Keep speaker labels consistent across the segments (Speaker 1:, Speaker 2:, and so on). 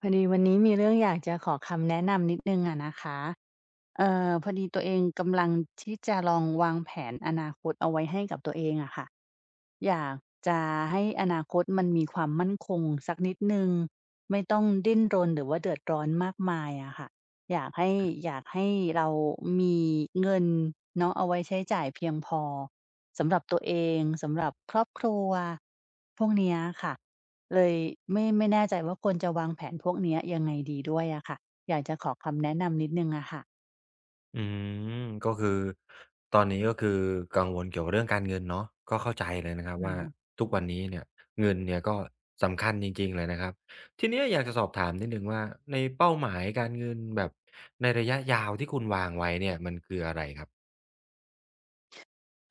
Speaker 1: พอดีวันนี้มีเรื่องอยากจะขอคำแนะนำนิดนึงอะนะคะพอดีตัวเองกำลังที่จะลองวางแผนอนาคตเอาไว้ให้กับตัวเองอะค่ะ อยากจะให้อนาคตมันมีความมั่นคงสักนิดหนึ่งไม่ต้องดิ้นรนหรือว่าเดือดร้อนมากมายอะค่ะอยากให้อยากให้เรามีเงินเนาะเอาไว้ใช้จ่ายเพียงพอสำหรับตัวเองสำหรับครอบครัวพวกเนี้ยค่ะเลยไม่แน่ใจว่าควรจะวางแผนพวกเนี้ยยังไงดีด้วยอะค่ะอยากจะขอคำแนะนำนิดหนึ่งอะค่ะ
Speaker 2: อืมก็คือตอนนี้ก็คือกังวลเกี่ยวกับเรื่องการเงินเนาะก็เข้าใจเลยนะครับ
Speaker 1: อื
Speaker 2: ว่า
Speaker 1: ม
Speaker 2: ทุกวันนี้เนี่ยเงินเนี่ยก็สำคัญจริงๆเลยนะครับทีเนี้ยอยากจะสอบถามนิดหนึ่งว่าในเป้าหมายการเงินแบบในระยะยาวที่คุณวางไว้เนี่ยมันคืออะไรครับ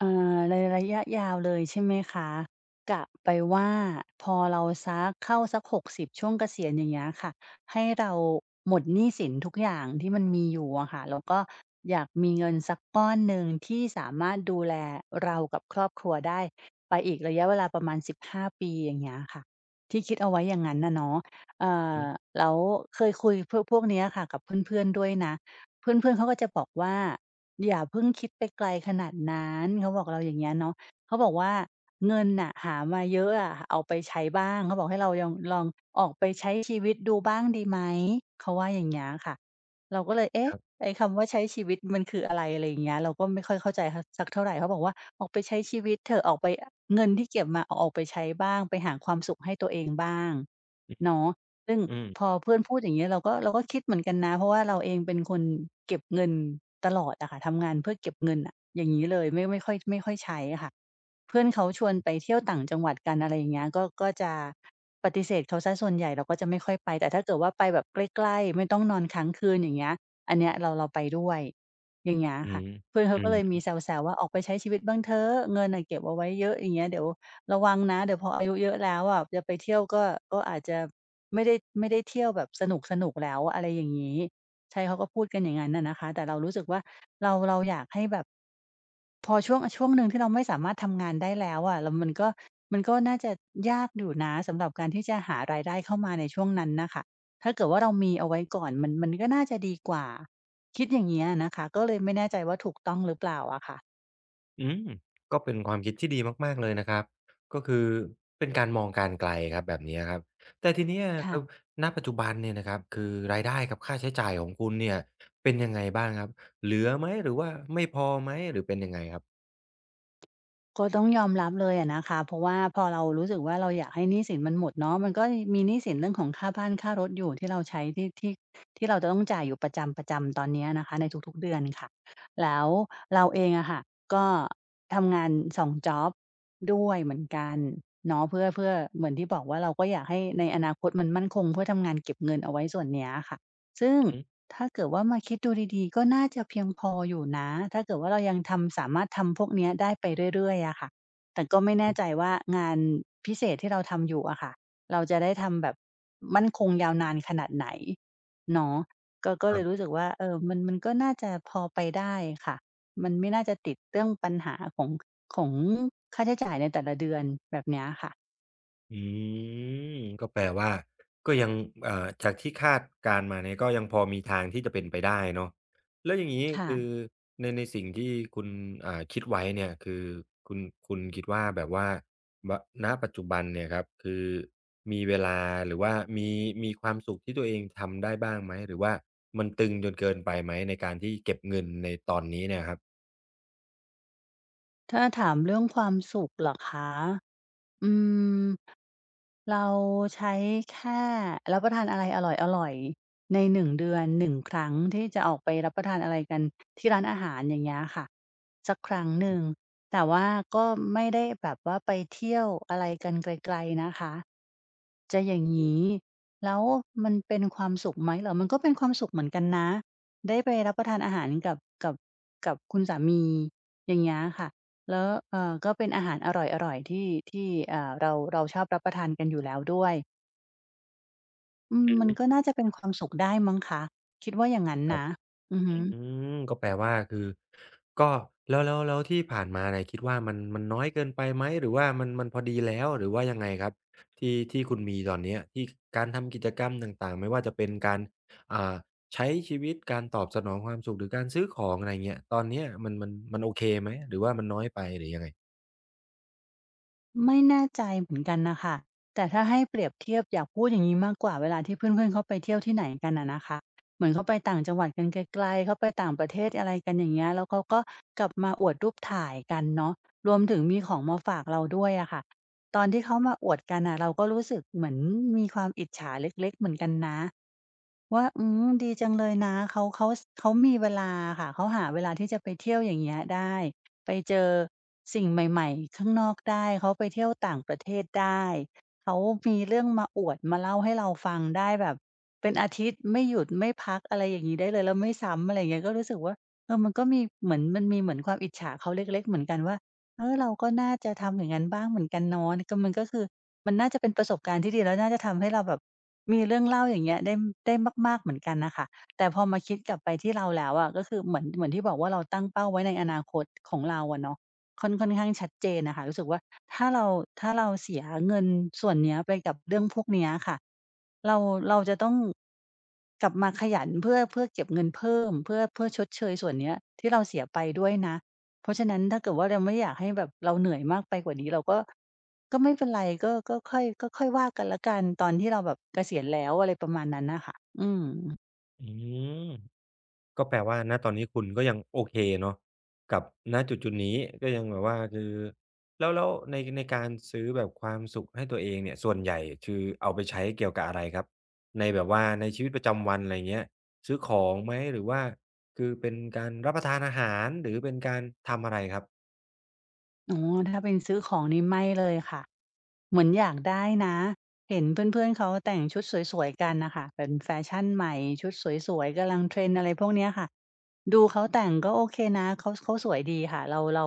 Speaker 1: อ่าในระยะยาวเลยใช่ไหมคะกะไปว่าพอเราสักเข้าสัก60ช่วงเกษียณอย่างเงี้ยค่ะให้เราหมดหนี้สินทุกอย่างที่มันมีอยู่อะค่ะแล้วก็อยากมีเงินสักก้อนหนึ่งที่สามารถดูแลเรากับครอบครัวได้ไปอีกระยะเวลาประมาณ15ปีอย่างเงี้ยค่ะที่คิดเอาไว้อย่างงั้นน่ะเนาะเอ่
Speaker 2: อือฮึ
Speaker 1: อแล้วเคยคุยพวกเนี้ยค่ะกับเพื่อนๆด้วยนะเพื่อนๆเขาก็จะบอกว่า อย่าเพิ่งคิดไปไกลขนาดนั้นเขาบอกเราอย่างเงี้ยเนาะเขาบอกว่าเงินน่ะหามาเยอะอะเอาไปใช้บ้างเขาบอกให้เรายองลองออกไปใช้ชีวิตดูบ้างดีไหมเขาว่าอย่างเงี้ยค่ะเราก็เลย
Speaker 2: ค
Speaker 1: เอ๊ะ
Speaker 2: รับ
Speaker 1: ไอ้คำว่าใช้ชีวิตมันคืออะไรอะไรอย่างเงี้ยเราก็ไม่ค่อยเข้าใจฮสักเท่าไรเขาบอกว่าออกไปใช้ชีวิตเถอะออกไปเงินที่เก็บมาเอาออกไปใช้บ้างไปหาความสุขให้ตัวเองบ้างเนาะ ซึ่ง
Speaker 2: อื
Speaker 1: พอ
Speaker 2: ม
Speaker 1: เพื่อนพูดอย่างเงี้ยเราก็คิดเหมือนกันนะเพราะว่าเราเองเป็นคนเก็บเงินตลอดอะค่ะทำงานเพื่อเก็บเงินอะอย่างงี้เลยไม่ค่อยใช้อะค่ะ เพื่อนเขาชวนไปเที่ยวต่างจังหวัดกันอะไรอย่างเงี้ยก็จะปฏิเสธเขาเสียส่วนใหญ่เราก็จะไม่ค่อยไปแต่ถ้าเกิดว่าไปแบบใกล้ๆไม่ต้องนอนค้างคืนอย่างเงี้ยอันเนี้ยเราไปด้วยอย่างเงี้ย
Speaker 2: อื
Speaker 1: ค่ะ
Speaker 2: ม
Speaker 1: เพื่อน
Speaker 2: อื
Speaker 1: เขาก็เลยมี
Speaker 2: ม
Speaker 1: แซวๆว่าออกไปใช้ชีวิตบ้างเถอะเงินน่ะเก็บเอาไว้เยอะอย่างเงี้ยเดี๋ยวระวังนะเดี๋ยวพออายุเยอะแล้วอะจะไปเที่ยวก็ก็อาจจะไม่ได้ไม่ได้เที่ยวแบบสนุกๆแล้วอะไรอย่างงี้ ใช่เขาก็พูดกันอย่างงั้นน่ะนะคะแต่เรารู้สึกว่าเราอยากให้แบบพอช่วงหนึ่งที่เราไม่สามารถทำงานได้แล้วอะแล้วมันก็น่าจะยากอยู่นะสำหรับการที่จะหารายได้เข้ามาในช่วงนั้นน่ะค่ะถ้าเกิดว่าเรามีเอาไว้ก่อนมันก็น่าจะดีกว่าคิดอย่างเงี้ยนะคะก็เลยไม่แน่ใจว่าถูกต้องหรือเปล่าอะค่ะ
Speaker 2: อืมก็เป็นความคิดที่ดีมากๆเลยนะครับก็คือเป็นการมองการไกลครับแบบนี้ครับแต่ทีเนี้ยครับ
Speaker 1: ค่ะ
Speaker 2: ณปัจจุบันเนี่ยนะครับคือรายได้กับค่าใช้จ่ายของคุณเนี่ยเป็นยังไงบ้างครับเหลือไหมหรือว่าไม่พอไหมหรือเป็นยังไงครับ
Speaker 1: ก็ต้องยอมรับเลยอะนะคะเพราะว่าพอเรารู้สึกว่าเราอยากให้หนี้สินมันหมดเนาะมันก็มีหนี้สินเรื่องของค่าบ้านค่ารถอยู่ที่เราใช้ที่ที่เราจะต้องจ่ายอยู่ประจำตอนเนี้ยนะคะในทุกๆเดือนค่ะแล้วเราเองอะค่ะก็ทำงานสองจ็อบด้วยเหมือนกันเนาะเพื่อเหมือนที่บอกว่าเราก็อยากให้ในอนาคตมันมั่นคงเพื่อทำงานเก็บเงินเอาไว้ส่วนเนี้ยอะค่ะซึ่ง
Speaker 2: อือฮ
Speaker 1: ถ้าเกิดว่ามาคิดดูดีๆก็น่าจะเพียงพออยู่นะถ้าเกิดว่าเรายังสามารถทำพวกเนี้ยได้ไปเรื่อยๆอะค่ะแต่ก็ไม่แน่ใจว่างานพิเศษที่เราทำอยู่อะค่ะเราจะได้ทำแบบมั่นคงยาวนานขนาดไหนเนาะก็เล
Speaker 2: ึ
Speaker 1: ยรู้สึกว่าเออมันก็น่าจะพอไปได้ค่ะมันไม่น่าจะติดเรื่องปัญหาของค่าใช้จ่ายในแต่ละเดือนแบบเนี้ยค่ะ
Speaker 2: อืมก็แปลว่าก็ยังจากที่คาดการณ์มาเนี่ยก็ยังพอมีทางที่จะเป็นไปได้เนาะแล้วอย่างงี้
Speaker 1: ค่ะ
Speaker 2: คือในในสิ่งที่คุณคิดไว้เนี่ยคือคุณคุณคิดว่าแบบว่าบณปัจจุบันเนี่ยครับคือมีเวลาหรือว่ามีความสุขที่ตัวเองทำได้บ้างไหมหรือว่ามันตึงจนเกินไปไหมในการที่เก็บเงินในตอนนี้เนี่ยครับ
Speaker 1: ถ้าถามเรื่องความสุขเหรอคะอืม เราใช้แค่รับประทานอะไรอร่อยๆในหนึ่งเดือนหนึ่งครั้งที่จะออกไปรับประทานอะไรกันที่ร้านอาหารอย่างเงี้ยค่ะสักครั้งหนึ่งแต่ว่าก็ไม่ได้แบบว่าไปเที่ยวอะไรกันไกลๆนะคะ จะอย่างงี้แล้วมันเป็นความสุขไหมเหรอมันก็เป็นความสุขเหมือนกันนะได้ไปรับประทานอาหารกับกับกับคุณสามีอย่างเงี้ยค่ะแล้วก็เป็นอาหารอร่อยๆที่เราชอบรับประทานกันอยู่แล้วด้วยอืม
Speaker 2: อื
Speaker 1: มัน
Speaker 2: อ
Speaker 1: ก็
Speaker 2: ฮ
Speaker 1: น่าจะเป็นความสุขได้มั้งคะคิดว่าอย่างงั้น
Speaker 2: ึ
Speaker 1: นะอือฮึ
Speaker 2: อืก็แปลว่าคือก็แล้วที่ผ่านมาเนี่ยคิดว่ามันน้อยเกินไปไหมหรือว่ามันพอดีแล้วหรือว่ายังไงครับที่คุณมีตอนเนี้ยที่การทำกิจกรรมต่างๆไม่ว่าจะเป็นการอ่าใช้ชีวิตการตอบสนองความสุขหรือการซื้อของอะไรเงี้ยตอนเนี้ยมันโอเคไหมหรือว่ามันน้อยไปหรือยังไง
Speaker 1: ไม่แน่ใจเหมือนกันนะค่ะแต่ถ้าให้เปรียบเทียบอยากพูดอย่างงี้มากกว่าเวลาที่เพื่อนๆเขาไปเที่ยวที่ไหนกันอะนะคะเหมือนเขาไปต่างจังหวัดกันไกลๆเขาไปต่างประเทศอะไรกันอย่างเงี้ยแล้วเขาก็กลับมาอวดรูปถ่ายกันเนาะรวมถึงมีของมาฝากเราด้วยอะค่ะตอนที่เขามาอวดกันน่ะเราก็รู้สึกเหมือนมีความอิจฉาเล็กๆเหมือนกันนะ ว่าอืมดีจังเลยนะเขามีเวลาค่ะเขาหาเวลาที่จะไปเที่ยวอย่างเงี้ยได้ไปเจอสิ่งใหม่ๆข้างนอกได้เขาไปเที่ยวต่างประเทศได้เขามีเรื่องมาอวดมาเล่าให้เราฟังได้แบบเป็นอาทิตย์ไม่หยุดไม่พักอะไรอย่างงี้ได้เลยแล้วไม่ซ้ำอะไรอย่างเงี้ยก็รู้สึกว่าเออมันก็มีเหมือนความอิจฉาเขาเล็กๆเหมือนกันว่าเออเราก็น่าจะทำอย่างงั้นบ้างเหมือนกันเนาะก็มันก็คือ มันน่าจะเป็นประสบการณ์ที่ดีแล้วน่าจะทำให้เราแบบมีเรื่องเล่าอย่างเงี้ยได้มากๆเหมือนกันน่ะค่ะแต่พอมาคิดกลับไปที่เราแล้วอะก็คือเหมือนที่บอกว่าเราตั้งเป้าไว้ในอนาคตของเราอะเนาะค่อนข้างชัดเจนน่ะค่ะรู้สึกว่าถ้าเราถ้าเราเสียเงินส่วนเนี้ยไปกับเรื่องพวกเนี้ยค่ะเราเราจะต้องกลับมาขยันเพื่อเก็บเงินเพิ่มเพื่อชดเชยส่วนเนี้ยที่เราเสียไปด้วยนะ เพราะฉะนั้นถ้าเกิดว่าเราไม่อยากให้แบบเราเหนื่อยมากไปกว่านี้เราก็ไม่เป็นไรก็ค่อยว่ากันแล้วกันตอนที่เราแบบเกษียณแล้วอะไรประมาณนั้นน่ะค่ะอืม
Speaker 2: อืม ก็แปลว่าณตอนนี้คุณก็ยังโอเคเนาะกับณจุดๆนี้ก็ยังแบบว่าคือแล้วในในการซื้อแบบความสุขให้ตัวเองเนี่ยส่วนใหญ่คือเอาไปใช้เกี่ยวกับอะไรครับในแบบว่าในชีวิตประจำวันอะไรเงี้ยซื้อของไหมหรือว่าคือเป็นการรับประทานอาหารหรือเป็นการทำอะไรครับ
Speaker 1: อ๋อถ้าเป็นซื้อของนี่ไม่เลยค่ะเหมือนอยากได้นะเห็นเพื่อนๆเขาแต่งชุดสวยๆกันน่ะค่ะเป็นแฟชั่นใหม่ชุดสวยๆกำลัง trend อะไรพวกเนี้ยค่ะ ดูเขาแต่งก็โอเคนะเขาสวยดีค่ะเรา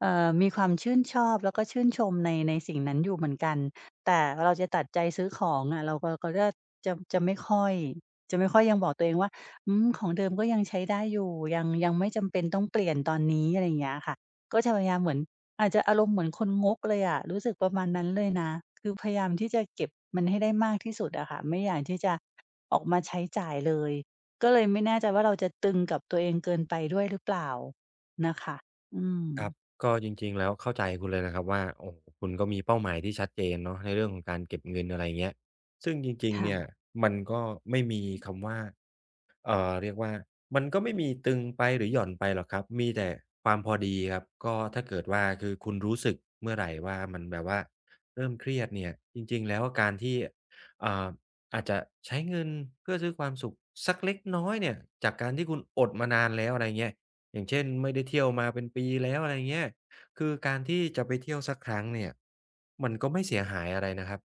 Speaker 1: มีความชื่นชอบแล้วก็ชื่นชมในสิ่งนั้นอยู่เหมือนกันแต่เราจะตัดใจซื้อของอะเราก็จะไม่ค่อยจะไม่ค่อยยังบอกตัวเองว่าอืมของเดิมก็ยังใช้ได้อยู่ยังไม่จำเป็นต้องเปลี่ยนตอนนี้อะไรอย่างเงี้ยค่ะก็จะพยายามเหมือนอาจจะอารมณ์เหมือนคนงกเลยอะรู้สึกประมาณนั้นเลยนะคือพยายามที่จะเก็บมันให้ได้มากที่สุดอะค่ะไม่อยากที่จะออกมาใช้จ่ายเลย ก็เลยไม่แน่ใจว่าเราจะตึงกับตัวเองเกินไปด้วยหรือเปล่านะคะอืม
Speaker 2: ครับก็จริงๆแล้วเข้าใจคุณเลยนะครับว่าโอ้โฮคุณก็มีเป้าหมายที่ชัดเจนเนาะในเรื่องของการเก็บเงินอะไรเงี้ยซึ่งจริงๆเนี่ย
Speaker 1: ค่ะ
Speaker 2: มันก็ไม่มีคำว่า เรียกว่ามันก็ไม่มีตึงไปหรือหย่อนไปหรอกครับมีแต่ความพอดีครับก็ถ้าเกิดว่าคือคุณรู้สึกเมื่อไหร่ว่ามันแบบว่าเริ่มเครียดเนี่ยจริงๆแล้วการที่อ่าอาจจะใช้เงินเพื่อซื้อความสุขสักเล็กน้อยเนี่ยจากการที่คุณอดมานานแล้วอะไรเงี้ยอย่างเช่นไม่ได้เที่ยวมาเป็นปีแล้วอะไรเงี้ย คือการที่จะไปเที่ยวสักครั้งเนี่ยมันก็ไม่เสียหายอะไรนะครับ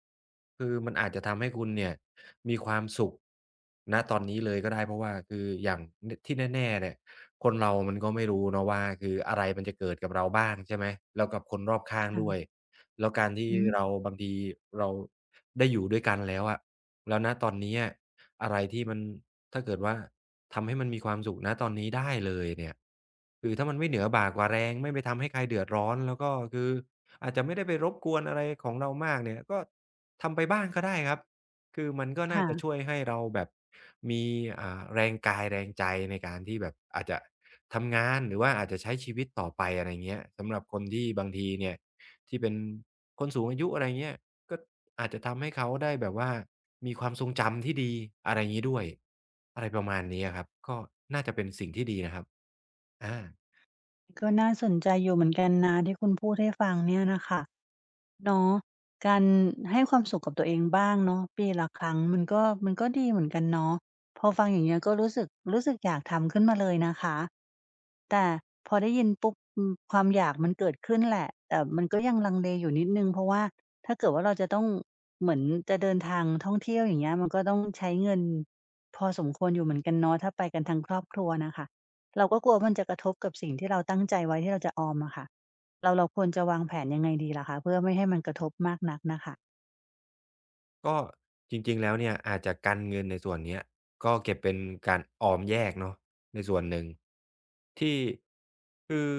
Speaker 2: คือมันอาจจะทำให้คุณเนี่ยมีความสุขณตอนนี้เลยก็ได้เพราะว่าคืออย่างนที่แน่ๆเนี่ยคนเรามันก็ไม่รู้เนาะว่าคืออะไรมันจะเกิดกับเราบ้างใช่ไหมแล้วกับคนรอบข้างด้วย
Speaker 1: ค่ะ
Speaker 2: แล้วการที่
Speaker 1: อืม
Speaker 2: เราบางทีเราได้อยู่ด้วยกันแล้วอะแล้วณตอนนี้อะอะไรที่มัน ถ้าเกิดว่าทำให้มันมีความสุขณตอนนี้ได้เลยเนี่ยคือถ้ามันไม่เหนือบ่ากว่าแรงไม่ไปทำให้ใครเดือดร้อนแล้วก็คืออาจจะไม่ได้ไปรบกวนอะไรของเรามากเนี่ยก็ทำไปบ้างก็ได้ครับ คือมันก็น่าจะช่
Speaker 1: ค่ะ
Speaker 2: วยให้เราแบบมีแรงกายแรงใจในการที่แบบอาจจะทำงานหรือว่าอาจจะใช้ชีวิตต่อไปอะไรเงี้ยสำหรับคนที่บางทีเนี่ยที่เป็นคนสูงอายุอะไรเงี้ย ก็อาจจะทำให้เขาได้แบบว่ามีความทรงจำที่ดีอะไรอย่างงี้ด้วยอะไรประมาณนี้อะครับก็น่าจะเป็นสิ่งที่ดีนะครับอา
Speaker 1: ก็น่าสนใจอยู่เหมือนกันนะที่คุณพูดให้ฟังเนี่ยนะคะเนาะการให้ความสุขกับตัวเองบ้างเนาะปีละครั้งมันก็ดีเหมือนกันเนาะพอฟังอย่างเงี้ยก็รู้สึกอยากทำขึ้นมาเลยนะคะแต่พอได้ยินปุ๊บอืมความอยากมันเกิดขึ้นแหละแต่มันก็ยังลังเลอยู่นิดนึงเพราะว่าถ้าเกิดว่าเราจะต้องเหมือนจะเดินทางท่องเที่ยวอย่างเงี้ยมันก็ต้องใช้เงินพอสมควรอยู่เหมือนกันเนาะถ้าไปกันทั้งครอบครัวนะคะ เราก็กลัวมันจะกระทบกับสิ่งที่เราตั้งใจไว้ที่เราจะออมอะค่ะเราควรจะวางแผนยังไงดีล่ะคะเพื่อไม่ให้มันกระทบมากนักนะคะ
Speaker 2: ก็จริงๆแล้วเนี่ยอาจจะกันเงินในส่วนเนี้ยก็เก็บเป็นการออมแยกเนาะในส่วนหนึ่งที่คือ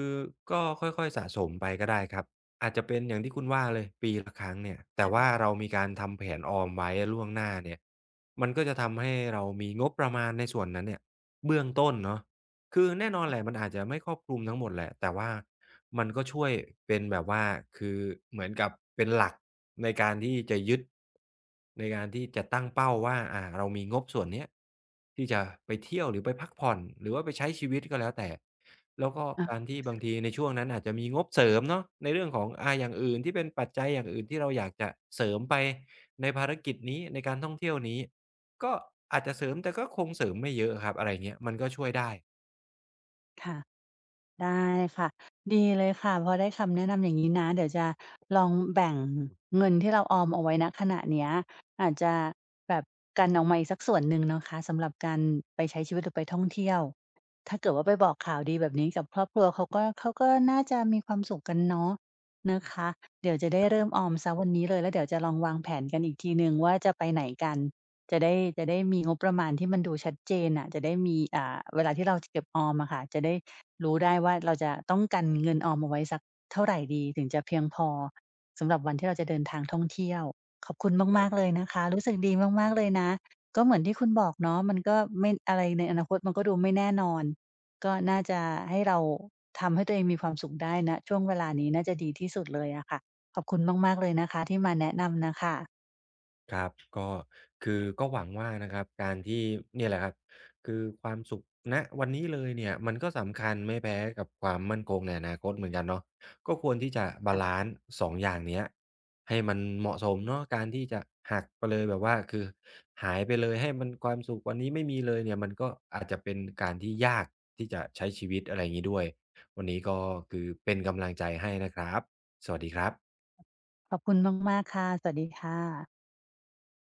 Speaker 2: ก็ค่อยๆสะสมไปก็ได้ครับอาจจะเป็นอย่างที่คุณว่าเลยปีละครั้งเนี่ยแต่ว่าเรามีการทำแผนออมไว้ล่วงหน้าเนี่ยมันก็จะทำให้เรามีงบประมาณในส่วนนั้นเนี่ยเบื้องต้นเนาะ คือแน่นอนแหละมันอาจจะไม่ครอบคลุมทั้งหมดแหละแต่ว่ามันก็ช่วยเป็นแบบว่าคือเหมือนกับเป็นหลักในการที่จะยึดในการที่จะตั้งเป้าว่าเรามีงบส่วนเนี้ยที่จะไปเที่ยวหรือไปพักผ่อนหรือว่าไปใช้ชีวิตก็แล้วแต่แล้วก็
Speaker 1: อา
Speaker 2: การที่บางทีในช่วงนั้นอาจจะมีงบเสริมเนาะในเรื่องของอย่างอื่นที่เป็นปัจจัยอย่างอื่นที่เราอยากจะเสริมไปในภารกิจนี้ในการท่องเที่ยวนี้ก็อาจจะเสริมแต่ก็คงเสริมไม่เยอะครับอะไรเงี้ยมันก็ช่วยได้
Speaker 1: ค่ะ ได้ค่ะดีเลยค่ะพอได้คำแนะนำอย่างนี้นะเดี๋ยวจะลองแบ่งเงินที่เราออมเอาไว้ณขณะเนี้ยอาจจะแบบกันออกมาอีกสักส่วนหนึ่งนะคะสำหรับการไปใช้ชีวิตหรือไปท่องเที่ยวถ้าเกิดว่าไปบอกข่าวดีแบบนี้กับครอบครัวเขาก็น่าจะมีความสุขกันเนาะนะคะเดี๋ยวจะได้เริ่มออมเสียวันนี้เลยแล้วเดี๋ยวจะลองวางแผนกันอีกทีหนึ่งว่าจะไปไหนกันจะได้จะได้มีงบประมาณที่มันดูชัดเจนน่ะจะได้มีเวลาที่เราจะเก็บออมอะค่ะจะได้ รู้ได้ว่าเราจะต้องกันเงินออมเอาไว้สักเท่าไรดีถึงจะเพียงพอสำหรับวันที่เราจะเดินทางท่องเที่ยวขอบคุณมากๆเลยนะคะรู้สึกดีมากๆเลยนะก็เหมือนที่คุณบอกเนาะมันก็ไม่อะไรในอนาคตมันก็ดูไม่แน่นอนก็น่าจะให้เราทำให้ตัวเองมีความสุขได้ณช่วงเวลานี้น่าจะดีที่สุดเลยอะค่ะขอบคุณมากๆเลยนะคะที่มาแนะนำน่ะค่ะ
Speaker 2: ครับก็คือก็หวังว่านะครับการที่เนี่ยแหละครับคือความสุขณวันนี้เลยเนี่ยมันก็สำคัญไม่แพ้กับความมั่นคงในอนาคตเหมือนกันเนาะก็ควรที่จะบาลันซ์2องอย่างเนี้ยให้มันเหมาะสมเนาะการที่จะหักไปเลยแบบว่าคือหายไปเลยให้มันความสุขวันนี้ไม่มีเลยเนี่ยมันก็อาจจะเป็นการที่ยากที่จะใช้ชีวิตอะไรงี้ด้วยวันนี้ก็คือเป็นกำลังใจให้นะครับสวัสดีครับ
Speaker 1: ขอบคุณมากๆค่ะสวัสดีค่ะ